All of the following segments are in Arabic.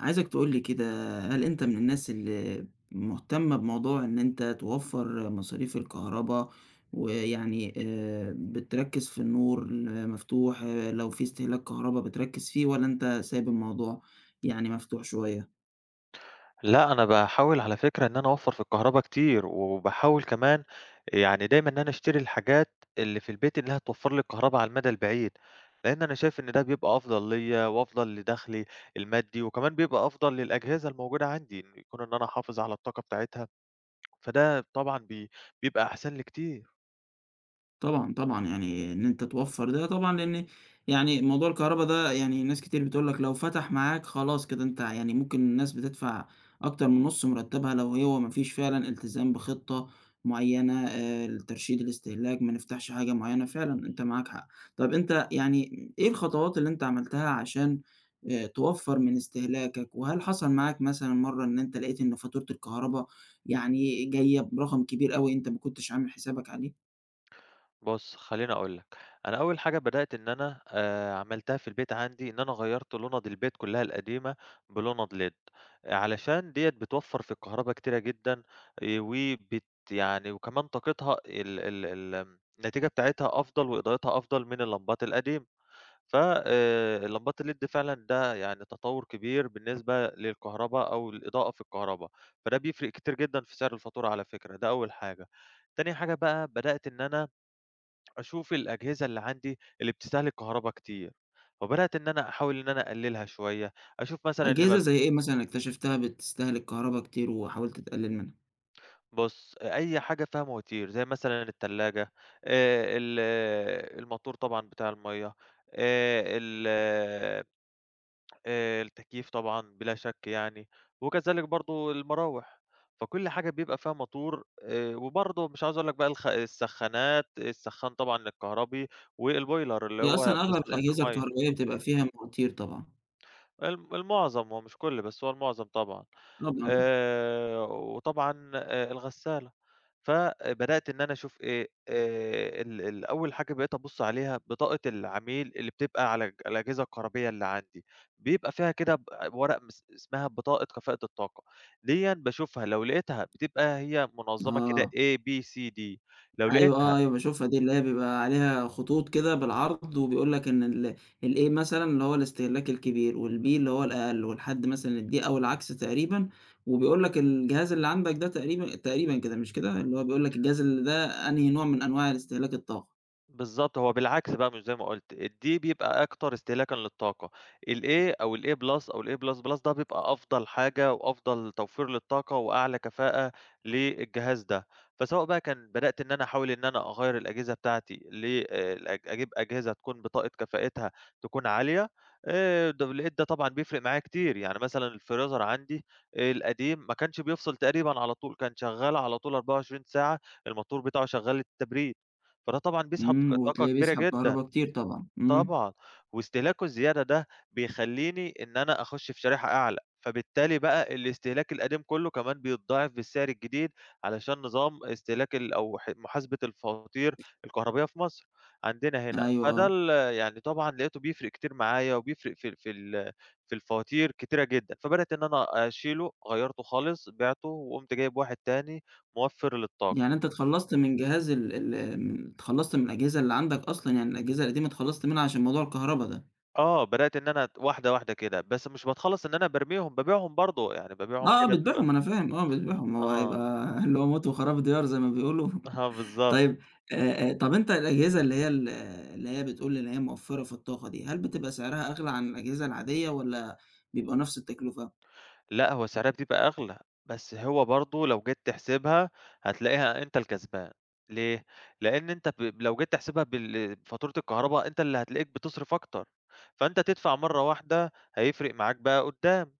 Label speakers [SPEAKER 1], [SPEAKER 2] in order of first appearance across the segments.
[SPEAKER 1] عايزك تقول لي كده، هل أنت من الناس اللي مهتمة بموضوع إن أنت توفّر مصاريف الكهربا، ويعني بتركّز في النور المفتوح، آه، لو في استهلاك كهربا بتركّز فيه والّا أنت سايب الموضوع يعني مفتوح شوية؟
[SPEAKER 2] لأ، أنا باحاول على فكرة إن أنا أوفّر في الكهربا كتير، وباحاول كمان يعني دايمًا إن أنا أشتري الحاجات اللي في البيت اللي هتوفّر لي الكهربا على المدى البعيد، لإن أنا شايف إن ده بيبقى أفضل ليّا وأفضل لدخلي المادي، وكمان بيبقى أفضل للأجهزة الموجودة عندي، إن يكون إن أنا أحافظ على الطاقة بتاعتها، فده طبعًا بيبقى أحسن لي كتير.
[SPEAKER 1] طبعًا، طبعًا، يعني إن أنت توفّر ده طبعًا، لإن يعني موضوع الكهربا ده يعني ناس كتير بتقول لك لو فتح معاك خلاص كده أنت يعني ممكن الناس بتدفع أكتر من نُص مرتّبها لو هو ما فيش فعلًا التزام بخطة معيّنة، لترشيد الاستهلاك، ما نفتحش حاجة معيّنة، فعلًا أنت معاك حق. طَب أنت يعني إيه الخطوات اللي أنت عملتها عشان توفّر من استهلاكك؟ وهل حصل معاك مثلًا مرّة إن أنت لقيت إن فاتورة الكهربا يعني جاية برقم كبير أوي أنت ما كنتش عامل حسابك عليه؟
[SPEAKER 2] بُص، خلّيني أقول لك، أنا أول حاجة بدأت إن أنا عملتها في البيت عندي إن أنا غيّرت لُنَض البيت كلّها القديمة بلُنَض LED علشان ديّة بتوفّر في الكهربا كتيرة جدًا وبت يعني وكمان طاقتها ال ال ال آمم، النتيجة بتاعتها أفضل وإضاءتها أفضل من اللمبات القديمة، ف اللمبات الLED فعلًا ده يعني تطوّر كبير بالنسبة للكهربا أو الإضاءة في الكهربا، فده بيفرق كتير جدًا في سعر الفاتورة على فكرة، ده أول حاجة. تاني حاجة بقى بدأت إن أنا أشوف الأجهزة اللي عندي اللي بتستهلك كهربا كتير، فبدأت إن أنا أحاول إن أنا أقللها شوية، أشوف مثلًا اللي
[SPEAKER 1] أجهزة
[SPEAKER 2] ما
[SPEAKER 1] زي إيه مثلًا اكتشفتها بتستهلك كهربا كتير وحاولت تقلل منها؟
[SPEAKER 2] بُص، أي حاجة فيها مواتير زي مثلًا التلاجة، ال الماتور طبعًا بتاع المَيّة، ال التكييف طبعًا بلا شك يعني، وكذلك برضه المراوح، فكل حاجة بيبقى فيها موتور، وبرضه مش عاوز أقول لك بقى السخانات، السخّان طبعًا الكهربي والبويلر اللي
[SPEAKER 1] هي أصلًا
[SPEAKER 2] هو
[SPEAKER 1] أغلب
[SPEAKER 2] بيسخّن في
[SPEAKER 1] الأجهزة
[SPEAKER 2] المَيّة.
[SPEAKER 1] الكهربائية بتبقى فيها مواتير طبعًا،
[SPEAKER 2] المعظم هو مش كل، بس هو المعظم طبعًا.
[SPEAKER 1] طبعًا.
[SPEAKER 2] وطبعًا الغسالة، فبدأت إن أنا أشوف إيه، ال ال أول حاجة بقيت أبُص عليها بطاقة العميل اللي بتبقى على الأجهزة الكهربية اللي عندي، بيبقى فيها كده ب ورق مس اسمها بطاقة كفاءة الطاقة، ديًا باشوفها لو لقيتها بتبقى هي
[SPEAKER 1] آه،
[SPEAKER 2] منظمة كده
[SPEAKER 1] آه،
[SPEAKER 2] A، B، C، D، لو
[SPEAKER 1] أيوه، آه،
[SPEAKER 2] لقيتها
[SPEAKER 1] أيوه باشوفها دي اللي هي بيبقى عليها خطوط كده بالعرض وبيقول لك إن الA مثلًا اللي هو الاستهلاك الكبير والB اللي هو الأقل والحد مثلًا الD أو العكس تقريبًا، وبيقول لك الجهاز اللي عندك ده تقريبًا تقريبًا كده مش كده؟ اللي هو بيقول لك الجهاز اللي ده أنهي نوع من أنواع الاستهلاك الطاقة.
[SPEAKER 2] بالضبط، هو بالعكس بقى مش زي ما قُلت، الD بيبقى أكتر استهلاكًا للطاقة، الA أو الA+ أو الA++ ده بيبقى أفضل حاجة وأفضل توفير للطاقة وأعلى كفاءة للجهاز ده، فسواء بقى كان بدأت إن أنا أحاول إن أنا أغيّر الأجهزة بتاعتي ل الأج أجيب أجهزة تكون بطاقة كفاءتها تكون عالية، د لقيت ده طبعًا بيفرق معايا كتير، يعني مثلًا الfreezer عندي آه، القديم ما كانش بيفصل تقريبًا على طول، كان شغّال على طول 24 ساعة، الماتور بتاعه شغّال التبريد. فده طبعًا بيسحب
[SPEAKER 1] إمم،
[SPEAKER 2] طاقة
[SPEAKER 1] وتلاقيه
[SPEAKER 2] كبيرة
[SPEAKER 1] بيسحب
[SPEAKER 2] جدًا،
[SPEAKER 1] كهربا كتير طبعًا، إمم.
[SPEAKER 2] طبعًا، واستهلاكه الزيادة ده بيخلّيني إن أنا أخُش في شريحة أعلى، فبالتالي بقى الاستهلاك القديم كلّه كمان بيتضاعف بالسعر الجديد، علشان نظام استهلاك ال أو ح محاسبة الفواتير الكهربائية في مصر عندنا هنا،
[SPEAKER 1] أيوه،
[SPEAKER 2] فده
[SPEAKER 1] آه.
[SPEAKER 2] ال يعني طبعًا لقيته بيفرق كتير معايا وبيفرق في ال- في ال في الفواتير كتيرة جدًا، فبدأت إن أنا أشيله، غيّرته خالص، بِعته وقُمت جايب واحد تاني موفّر للطاقة.
[SPEAKER 1] يعني أنت اتخلّصت من جهاز ال ال آمم، اتخلّصت من الأجهزة اللي عندك أصلًا، يعني الأجهزة القديمة اتخلّصت منها عشان موضوع الكهربا ده.
[SPEAKER 2] آه، بدأت إن أنا واحدة، واحدة كده، بس مش باتخلّص إن أنا بارميهم، بابيعهم برضه، يعني بابيعهم
[SPEAKER 1] آه، آه،
[SPEAKER 2] كده بيبقى
[SPEAKER 1] بتبيعهم أنا فاهم، آه، بتبيعهم هو هيبقى
[SPEAKER 2] آه،
[SPEAKER 1] اللي هو موت وخراب ديار زي ما بيقولوا.
[SPEAKER 2] آه بالضبط.
[SPEAKER 1] طيب، طب أنت الأجهزة اللي هي بتقول إن هي موفّرة في الطاقة دي، هل بتبقى سعرها أغلى عن الأجهزة العادية والّا بيبقى نفس التكلفة؟
[SPEAKER 2] لأ، هو سعرها بتبقى أغلى، بس هو برضه لو جيت تحسبها هتلاقيها أنت الكسبان، ليه؟ لإن أنت لو جيت تحسبها بال فاتورة الكهربا، أنت اللي هتلاقيك بتصرف أكتر، فأنت تدفع مرّة واحدة هيفرق معاك بقى قدّام.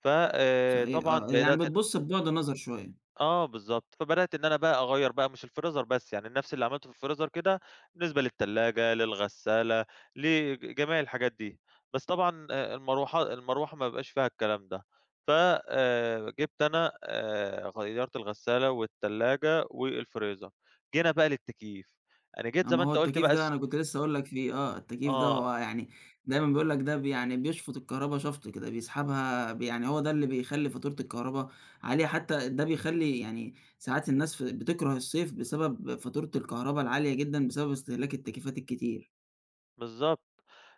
[SPEAKER 2] ف
[SPEAKER 1] صحيح
[SPEAKER 2] طبعًا
[SPEAKER 1] آه، يعني
[SPEAKER 2] بدأت
[SPEAKER 1] بتبُص ببُعد نظر شوية.
[SPEAKER 2] آه بالضبط، فبدأت إن أنا بقى أغيّر بقى مش الفريزر بس، يعني نفْس اللي عملته في الفريزر كده بالنسبة للتلاجة، للغسالة، لجميع الحاجات دي، بس طبعًا المروحة ما بيبقاش فيها الكلام ده، ف جِبت أنا غيّرت الغسالة والتلاجة والفريزر، جينا بقى للتكييف، أنا جيت
[SPEAKER 1] آه،
[SPEAKER 2] زي
[SPEAKER 1] ما
[SPEAKER 2] ما
[SPEAKER 1] هو
[SPEAKER 2] أنت قُلت
[SPEAKER 1] التكييف
[SPEAKER 2] بقى
[SPEAKER 1] ده أنا كنت لسه هاقول لك فيه آه، التكييف ده
[SPEAKER 2] آه
[SPEAKER 1] هو يعني دايمًا بيقول لك ده بي يعني بيشفط الكهربا شفط كده، بيسحبها ب يعني هو ده اللي بيخلّي فاتورة الكهربا عالية، حتى ده بيخلّي يعني ساعات الناس بتكره الصيف بسبب فاتورة الكهربا العالية جدًا بسبب استهلاك التكييفات الكتير.
[SPEAKER 2] بالضبط.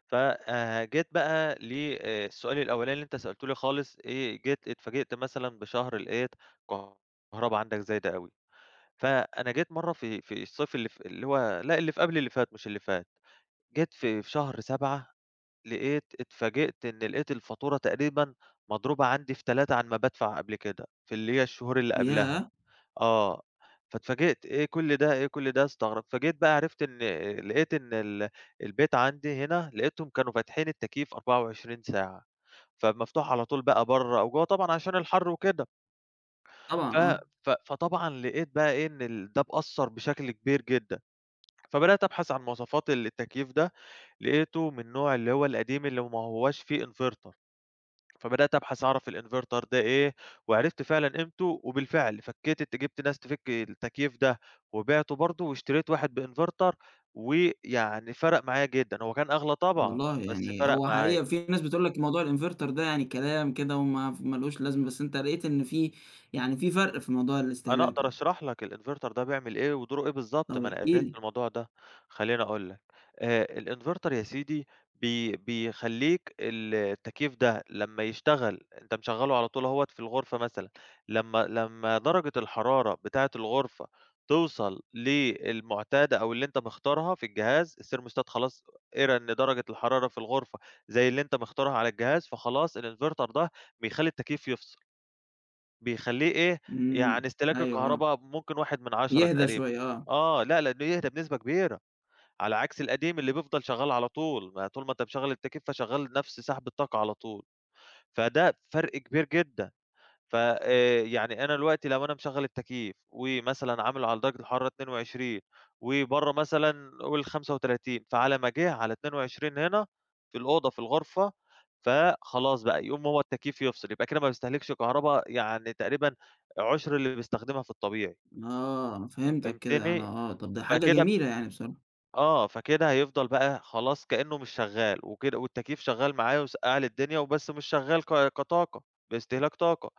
[SPEAKER 2] ف جيت بقى للسؤال الأولاني اللي أنت سألته لي خالص، إيه جيت اتفاجئت مثلًا بشهر لقيت الكهربا عندك زايدة أوي، فأنا جيت مرّة في الصيف اللي هو لأ، اللي في قبل اللي فات مش اللي فات، جيت في شهر 7 لقيت اتفاجئت إن لقيت الفاتورة تقريبًا مضروبة عندي في 3 عن ما بادفع قبل كده، في اللي هي الشهور اللي قبلها.
[SPEAKER 1] ياه!
[SPEAKER 2] آه، فاتفاجئت إيه كل ده، إيه كل ده، استغرب فجيت بقى عرفت إن لقيت إن البيت عندي هنا لقيتهم كانوا فاتحين التكييف 24 ساعة، فمفتوح على طول بقى برّه أو جوّه طبعًا عشان الحر وكده، ف
[SPEAKER 1] طبعًا آه.
[SPEAKER 2] ف فطبعًا لقيت بقى إيه إن ال ده مأثّر بشكل كبير جدًا، فبدأت أبحث عن مواصفات التكييف ده، لقيته من النوع اللي هو القديم اللي ما هواش فيه inverter فبدأت أبحث أعرف الinverter ده إيه، وعرفت فعلًا قيمته، وبالفعل فكّيت جِبت ناس تفِك التكييف ده، وبِعته برضه واشتريت واحد بinverter، ويعني فرَق معايا جدًا، هو كان أغلى طبعًا،
[SPEAKER 1] والله
[SPEAKER 2] بس
[SPEAKER 1] يعني
[SPEAKER 2] فرَق
[SPEAKER 1] هو
[SPEAKER 2] معايا.
[SPEAKER 1] حقيقة في ناس بتقول لك موضوع الinverter ده يعني كلام كده وما ف ما لوش لازمة، بس أنت لقيت إن في يعني في فرق في موضوع
[SPEAKER 2] أنا
[SPEAKER 1] الاستهلاك
[SPEAKER 2] أقدر
[SPEAKER 1] ده.
[SPEAKER 2] أشرح لك الinverter ده بيعمل إيه ودوره إيه بالضبط،
[SPEAKER 1] طب
[SPEAKER 2] ما أنا
[SPEAKER 1] احكِ
[SPEAKER 2] قريت في
[SPEAKER 1] لي.
[SPEAKER 2] الموضوع ده. خلّيني أقول لك، الinverter يا سيدي بيخلّيك التكييف ده لمّا يشتغل أنت مشغّله على طول أهوّة في الغرفة مثلًا، لمّا درجة الحرارة بتاعة الغرفة توصل للمعتادة أو اللي أنت مختارها في الجهاز، الthermostat خلاص قرا إن درجة الحرارة في الغرفة زي اللي أنت مختارها على الجهاز، فخلاص الinverter ده بيخلّي التكييف يفصل. بيخلّيه إيه،
[SPEAKER 1] إمم،
[SPEAKER 2] يعني استهلاك
[SPEAKER 1] أيوه، آه.
[SPEAKER 2] الكهربا ممكن 1/10
[SPEAKER 1] يهدى
[SPEAKER 2] تقريبًا.
[SPEAKER 1] شوية آه،
[SPEAKER 2] آه، لأ، لأنه يهدى بنسبة كبيرة، على عكس القديم اللي بيفضل شغّال على طول، ما طول ما أنت مشغّل التكييف فشغّال نفس سحب الطاقة على طول، فده فرق كبير جدًا. ف يعني أنا دلوقتي لو أنا مشغّل التكييف ومثلًا عامله على درجة الحرارة 22 وبرّه مثلًا قُل 35، فعلى ما جِه على 22 هنا في الغرفة، فخلاص بقى يقوم هو التكييف يفصل، يبقى كده ما باستهلكش كهربا يعني تقريبًا عُشْر اللي بيستخدمها في الطبيعي،
[SPEAKER 1] آه فهمتك كده
[SPEAKER 2] فهمتني؟
[SPEAKER 1] أنا آه، طب ده حاجة
[SPEAKER 2] فكده
[SPEAKER 1] جميلة يعني بصراحة.
[SPEAKER 2] آه، فكده هيفضل بقى خلاص كإنه مش شغّال وكده والتكييف شغّال معايا وسقّع لي الدنيا وبس مش شغّال كطاقة باستهلاك طاقة.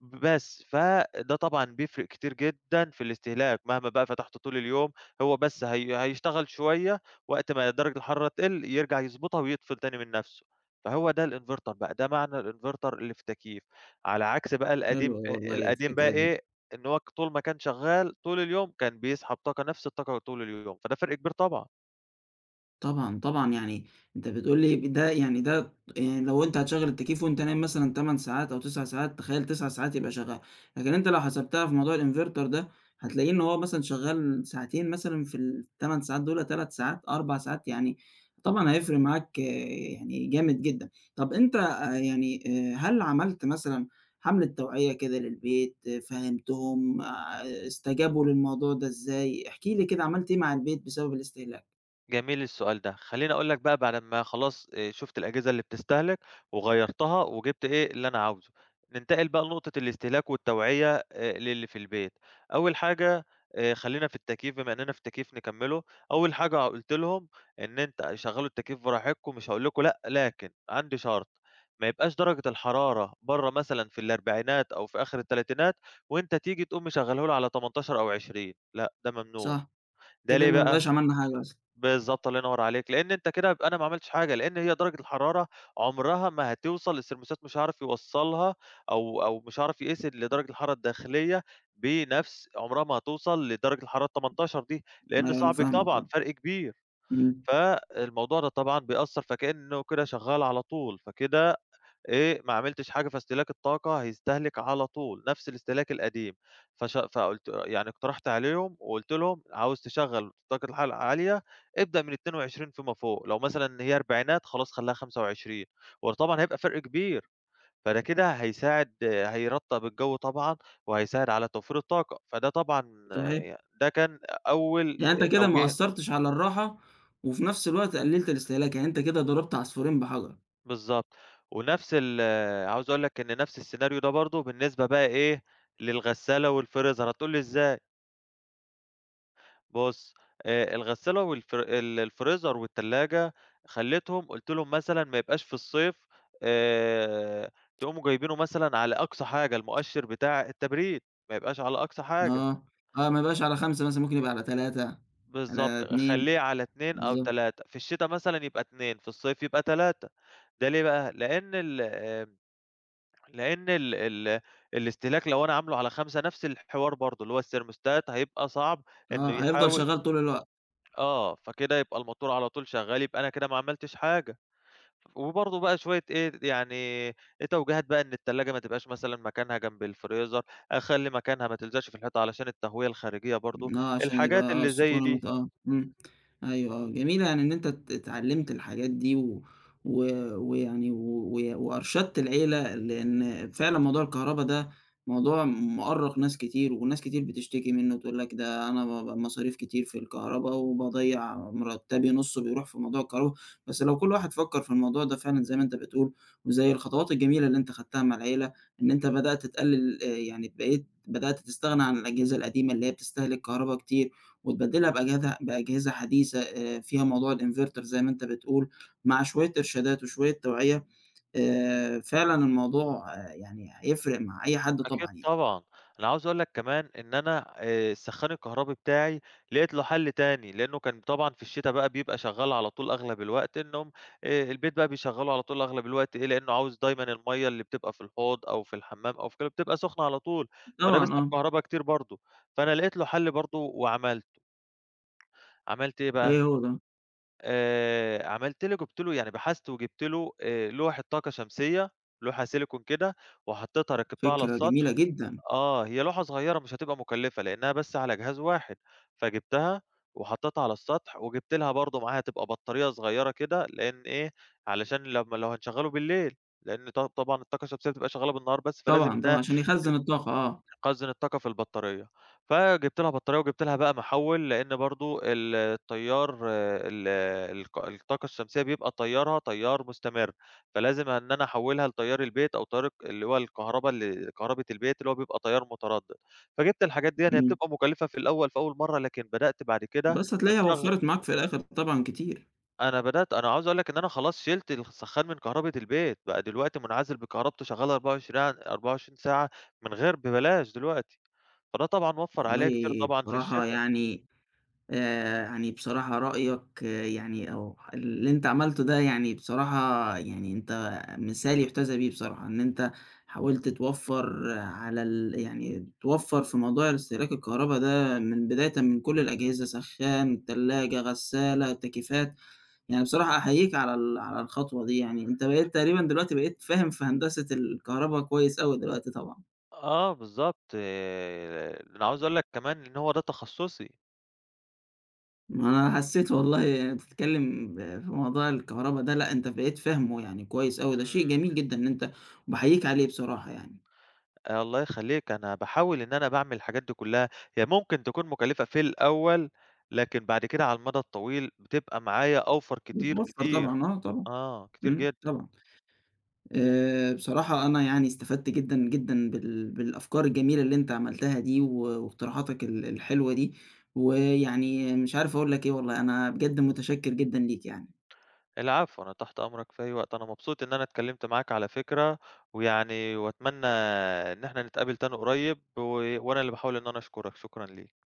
[SPEAKER 2] بس، فده طبعًا بيفرق كتير جدًا في الاستهلاك، مهما بقى فتحته طول اليوم، هو بس هيشتغل شوية، وقت ما درجة الحرارة تقل يرجع يضبطها ويطفي تاني من نفسه، فهو ده الinverter بقى، ده معنى الinverter اللي في تكييف، على عكس بقى القديم
[SPEAKER 1] حلوة والله
[SPEAKER 2] القديم بقى
[SPEAKER 1] الفكرة دي.
[SPEAKER 2] إيه، إن هو طول ما كان شغال طول اليوم، كان بيسحب طاقة، نفس الطاقة طول اليوم، فده فرق كبير طبعًا.
[SPEAKER 1] طبعًا، طبعًا، يعني أنت بتقول لي ده يعني ده يعني لو أنت هتشغّل التكييف وأنت نايم مثلًا 8 ساعات أو 9 ساعات، تخيّل 9 ساعات يبقى شغّال، لكن أنت لو حسبتها في موضوع الinverter ده، هتلاقيه إن هو مثلًا شغّال ساعتين مثلًا في ال8 ساعات دُولَة، 3 ساعات، 4 ساعات، يعني طبعًا هيفرق معاك آه، يعني جامد جدًا. طَب أنت يعني هل عملت مثلًا حملة توعية كده للبيت، آه، فهّمتهم، استجابوا للموضوع ده إزاي؟ احكِ لي كده عملت إيه مع البيت بسبب الاستهلاك؟
[SPEAKER 2] جميل السؤال ده، خلّيني أقول لك بقى بعد أمّا خلاص شُفت الأجهزة اللي بتستهلك وغيّرتها وجِبت إيه، اللي أنا عاوزه. ننتقل بقى لنقطة الاستهلاك والتوعية للي في البيت. أول حاجة خلّينا في التكييف بما إننا في التكييف نكمّله، أول حاجة قُلت لهم إن أنت شغّلوا التكييف براحتكم مش هاقول لكم لأ، لكن عندي شرط، ما يبقاش درجة الحرارة برّه مثلًا في الأربعينات أو في آخر التلاتينات وأنت تيجي تقوم مشغّله له على 18 أو 20 لأ، ده ممنوع.
[SPEAKER 1] صح.
[SPEAKER 2] ده
[SPEAKER 1] كده
[SPEAKER 2] ليه
[SPEAKER 1] ما بيبقاش
[SPEAKER 2] بقى؟
[SPEAKER 1] عملنا حاجة أصلًا.
[SPEAKER 2] بالضبط، الله ينوّر عليك، لإن أنت كده يبقى أنا ما عملتش حاجة، لإن هي درجة الحرارة عمرها ما هتوصل الثرموستات مش هيعرف يوصّلها أو مش هيعرف يقيس درجة الحرارة الداخلية بنفس عمرها ما هتوصل لدرجة الحرارة ال18 دي، لإن
[SPEAKER 1] أيوه أنا
[SPEAKER 2] صعب
[SPEAKER 1] فاهمك
[SPEAKER 2] طبعًا
[SPEAKER 1] آه.
[SPEAKER 2] فرق كبير،
[SPEAKER 1] إمم،
[SPEAKER 2] فالموضوع ده طبعًا بيأثّر فكإنه كده شغّال على طول، فكده إيه، ما عملتش حاجة، فاستهلاك الطاقة هيستهلك على طول نفس الاستهلاك القديم، فقُلت يعني اقترحت عليهم وقُلت لهم: "عاوز تشغّل طاقة الحرارة العالية، ابدأ من 22 فيما فوق، لو مثلًا إن هي أربعينات خلاص خلّيها 25" وطبعًا هيبقى فرق كبير، فده كده هيساعد هيرطّب الجو طبعًا، وهيساعد على توفير الطاقة، فده طبعًا
[SPEAKER 1] صحيح.
[SPEAKER 2] ده كان أول
[SPEAKER 1] يعني أنت كده ما
[SPEAKER 2] توجيه
[SPEAKER 1] أثّرتش على الراحة، وفي نفس الوقت قلّلت الاستهلاك، يعني أنت كده ضربت عصفورين بحجر.
[SPEAKER 2] بالضبط. ونفس ال عاوز أقول لك إن نفس السيناريو ده برضه بالنسبة بقى إيه، للغسالة والفريزر. هتقول لي إزاي؟ بُص، الغسالة والفر ال الفريزر والتلاجة خلّيتهم قُلت لهم مثلًا ما يبقاش في الصيف آآ تقوموا جايبينه مثلًا على أقصى حاجة، المؤشر بتاع التبريد ما يبقاش على أقصى حاجة.
[SPEAKER 1] آه، آه ما يبقاش على 5 مثلًا ممكن يبقى على 3 على
[SPEAKER 2] بالضبط.
[SPEAKER 1] 2
[SPEAKER 2] خلّيه على 2 أو
[SPEAKER 1] بالضبط،
[SPEAKER 2] 3 في الشتا مثلًا يبقى 2 في الصيف يبقى 3 ده ليه بقى؟ لأن ال لأن ال ال الاستهلاك لو أنا عامله على 5 نفس الحوار برضه، اللي هو الترموستات هيبقى صعب إنه
[SPEAKER 1] آه هيفضل
[SPEAKER 2] يحاول
[SPEAKER 1] شغال طول الوقت.
[SPEAKER 2] آه، فكده يبقى الموتور على طول شغال، يبقى أنا كده ما عملتش حاجة. وبرضه بقى شوية إيه، يعني إيه توجيهات بقى إن التلاجة ما تبقاش مثلًا مكانها جنب الفريزر، أخلّي مكانها ما تلزقش في الحيطة علشان التهوية الخارجية برضه،
[SPEAKER 1] آه، عشان
[SPEAKER 2] الحاجات
[SPEAKER 1] يبقى
[SPEAKER 2] اللي
[SPEAKER 1] الصقور
[SPEAKER 2] زي دي.
[SPEAKER 1] آه، إمم. أيوه آه، جميل يعني إن أنت اتعلّمت الحاجات دي و و وأرشدت العيلة، لإن فعلًا موضوع الكهربا ده موضوع مؤرّق ناس كتير، وناس كتير بتشتكي منه وتقول لك ده أنا مصاريف كتير في الكهربا وباضيّع مرتّبي نُصّه بيروح في موضوع الكهربا، بس لو كل واحد فكّر في الموضوع ده فعلًا زي ما أنت بتقول، وزي الخطوات الجميلة اللي أنت خدتها مع العيلة إن أنت بدأت تقلل يعني بقيت بدأت تستغنى عن الأجهزة القديمة اللي هي بتستهلك كهربا كتير، وتبدلها بأجهزة حديثة فيها موضوع الinverter زي ما أنت بتقول، مع شوية إرشادات وشوية توعية فعلًا الموضوع آه، يعني هيفرق مع أي حد
[SPEAKER 2] أكيد
[SPEAKER 1] طبعًا يعني.
[SPEAKER 2] طبعًا، أنا عاوز أقول لك كمان إن أنا السخّان الكهربي بتاعي لقيت له حل تاني، لإنه كان طبعًا في الشتا بقى بيبقى شغّال على طول أغلب الوقت، إنهم البيت بقى بيشغّلوه على طول أغلب الوقت إيه، لإنه عاوز دايمًا المَيّة اللي بتبقى في الحوض أو في الحمّام أو في كده بتبقى سخنة على طول، فده
[SPEAKER 1] طبعًا
[SPEAKER 2] بيسحب
[SPEAKER 1] آه،
[SPEAKER 2] كهربا كتير برضه، فأنا لقيت له حل برضه وعملت، عملت إيه بقى،
[SPEAKER 1] أيوه هو ده.
[SPEAKER 2] عملت له جِبت له يعني بحثت وجِبت له لوحة طاقة شمسية، لوحة سيليكون كده وحطيتها ركّبتها على
[SPEAKER 1] فكرة جميلة
[SPEAKER 2] السطح
[SPEAKER 1] جدًا،
[SPEAKER 2] آه، هي لوحة صغيّرة مش هتبقى مُكلّفة، لإنّها بس على جهاز واحد، فجِبتها وحطّيتها على السطح، وجِبت لها برضه معاها تبقى بطارية صغيّرة كده، لإن إيه، علشان لمّا لو هنشغّله بالليل، لإن طبعًا الطاقة الشمسية بتبقى شغّالة بالنهار بس، فلازم
[SPEAKER 1] طبعًا، طبعًا
[SPEAKER 2] إنّها
[SPEAKER 1] عشان يخزّن الطاقة آه،
[SPEAKER 2] خزّن الطاقة في البطارية، فجِبت لها بطارية وجِبت لها بقى محوّل، لإن برضه التيار آه، ال الق الطاقة الشمسية بيبقى تيارها تيار مستمر، فلازم إن أنا أحوّلها لتيار البيت أو تيار اللي هو الكهربا كهربة البيت اللي هو بيبقى تيار متردد، فجِبت الحاجات ديًّا هي
[SPEAKER 1] إمم.
[SPEAKER 2] بتبقى مكلفة في الأول في أول مرّة، لكن بدأت بعد كده
[SPEAKER 1] بس هتلاقيها
[SPEAKER 2] أشغ
[SPEAKER 1] وفّرت معاك في الآخر طبعًا كتير.
[SPEAKER 2] أنا بدأت أنا عاوز أقول لك إن أنا خلاص شِلت السخّان من كهربة البيت، بقى دلوقتي منعزل بكهربته شغّال 24 عن 24 ساعة من غير ببلاش دلوقتي. فده طبعًا وفّر عليّا كتير
[SPEAKER 1] والله
[SPEAKER 2] طبعًا في
[SPEAKER 1] بصراحة
[SPEAKER 2] الشتا.
[SPEAKER 1] يعني يعني بصراحة رأيك آه، يعني أو اللي أنت عملته ده يعني بصراحة يعني أنت مثال يُحتذى بيه بصراحة، إن أنت حاولت توفّر آه، على ال يعني توفّر في موضوع استهلاك الكهربا ده من بدايةً من كل الأجهزة، سخّان، تلاجة، غسالة، تكييفات، يعني بصراحة أحييك على الخطوة دي يعني، أنت بقيت تقريبًا دلوقتي بقيت فاهم في هندسة الكهربا كويس أوي دلوقتي طبعًا.
[SPEAKER 2] آه بالضبط، أنا عاوز أقول لك كمان إن هو ده تخصُّصي.
[SPEAKER 1] ما انا حسيت والله بتتكلم في موضوع الكهرباء ده لا انت بقيت فاهمه يعني كويس قوي، ده شيء
[SPEAKER 2] إمم،
[SPEAKER 1] جميل جدا ان انت وبحييك عليه بصراحة يعني.
[SPEAKER 2] الله يخلّيك، أنا باحاول إن أنا باعمل الحاجات دي كلّها، هي ممكن تكون مُكلّفة في الأول، لكن بعد كده على المدى الطويل بتبقى معايا أوفر كتير،
[SPEAKER 1] بتوفر
[SPEAKER 2] كتير.
[SPEAKER 1] طبعا اه طبعا،
[SPEAKER 2] آه، كتير جدًا.
[SPEAKER 1] طبعا. أه بصراحة انا يعني استفدت جدا جدا بالافكار الجميلة اللي انت عملتها دي واقتراحاتك الحلوة دي ويعني مش عارف اقول لك ايه والله انا بجد متشكر جدا ليك يعني
[SPEAKER 2] العفو، أنا تحت أمرك في أي وقت، أنا مبسوط إن أنا اتكلّمت معاك على فكرة، ويعني وأتمنى إن إحنا نتقابل تاني قريب، و وأنا اللي باحاول إن أنا أشكرك، شكرًا ليك.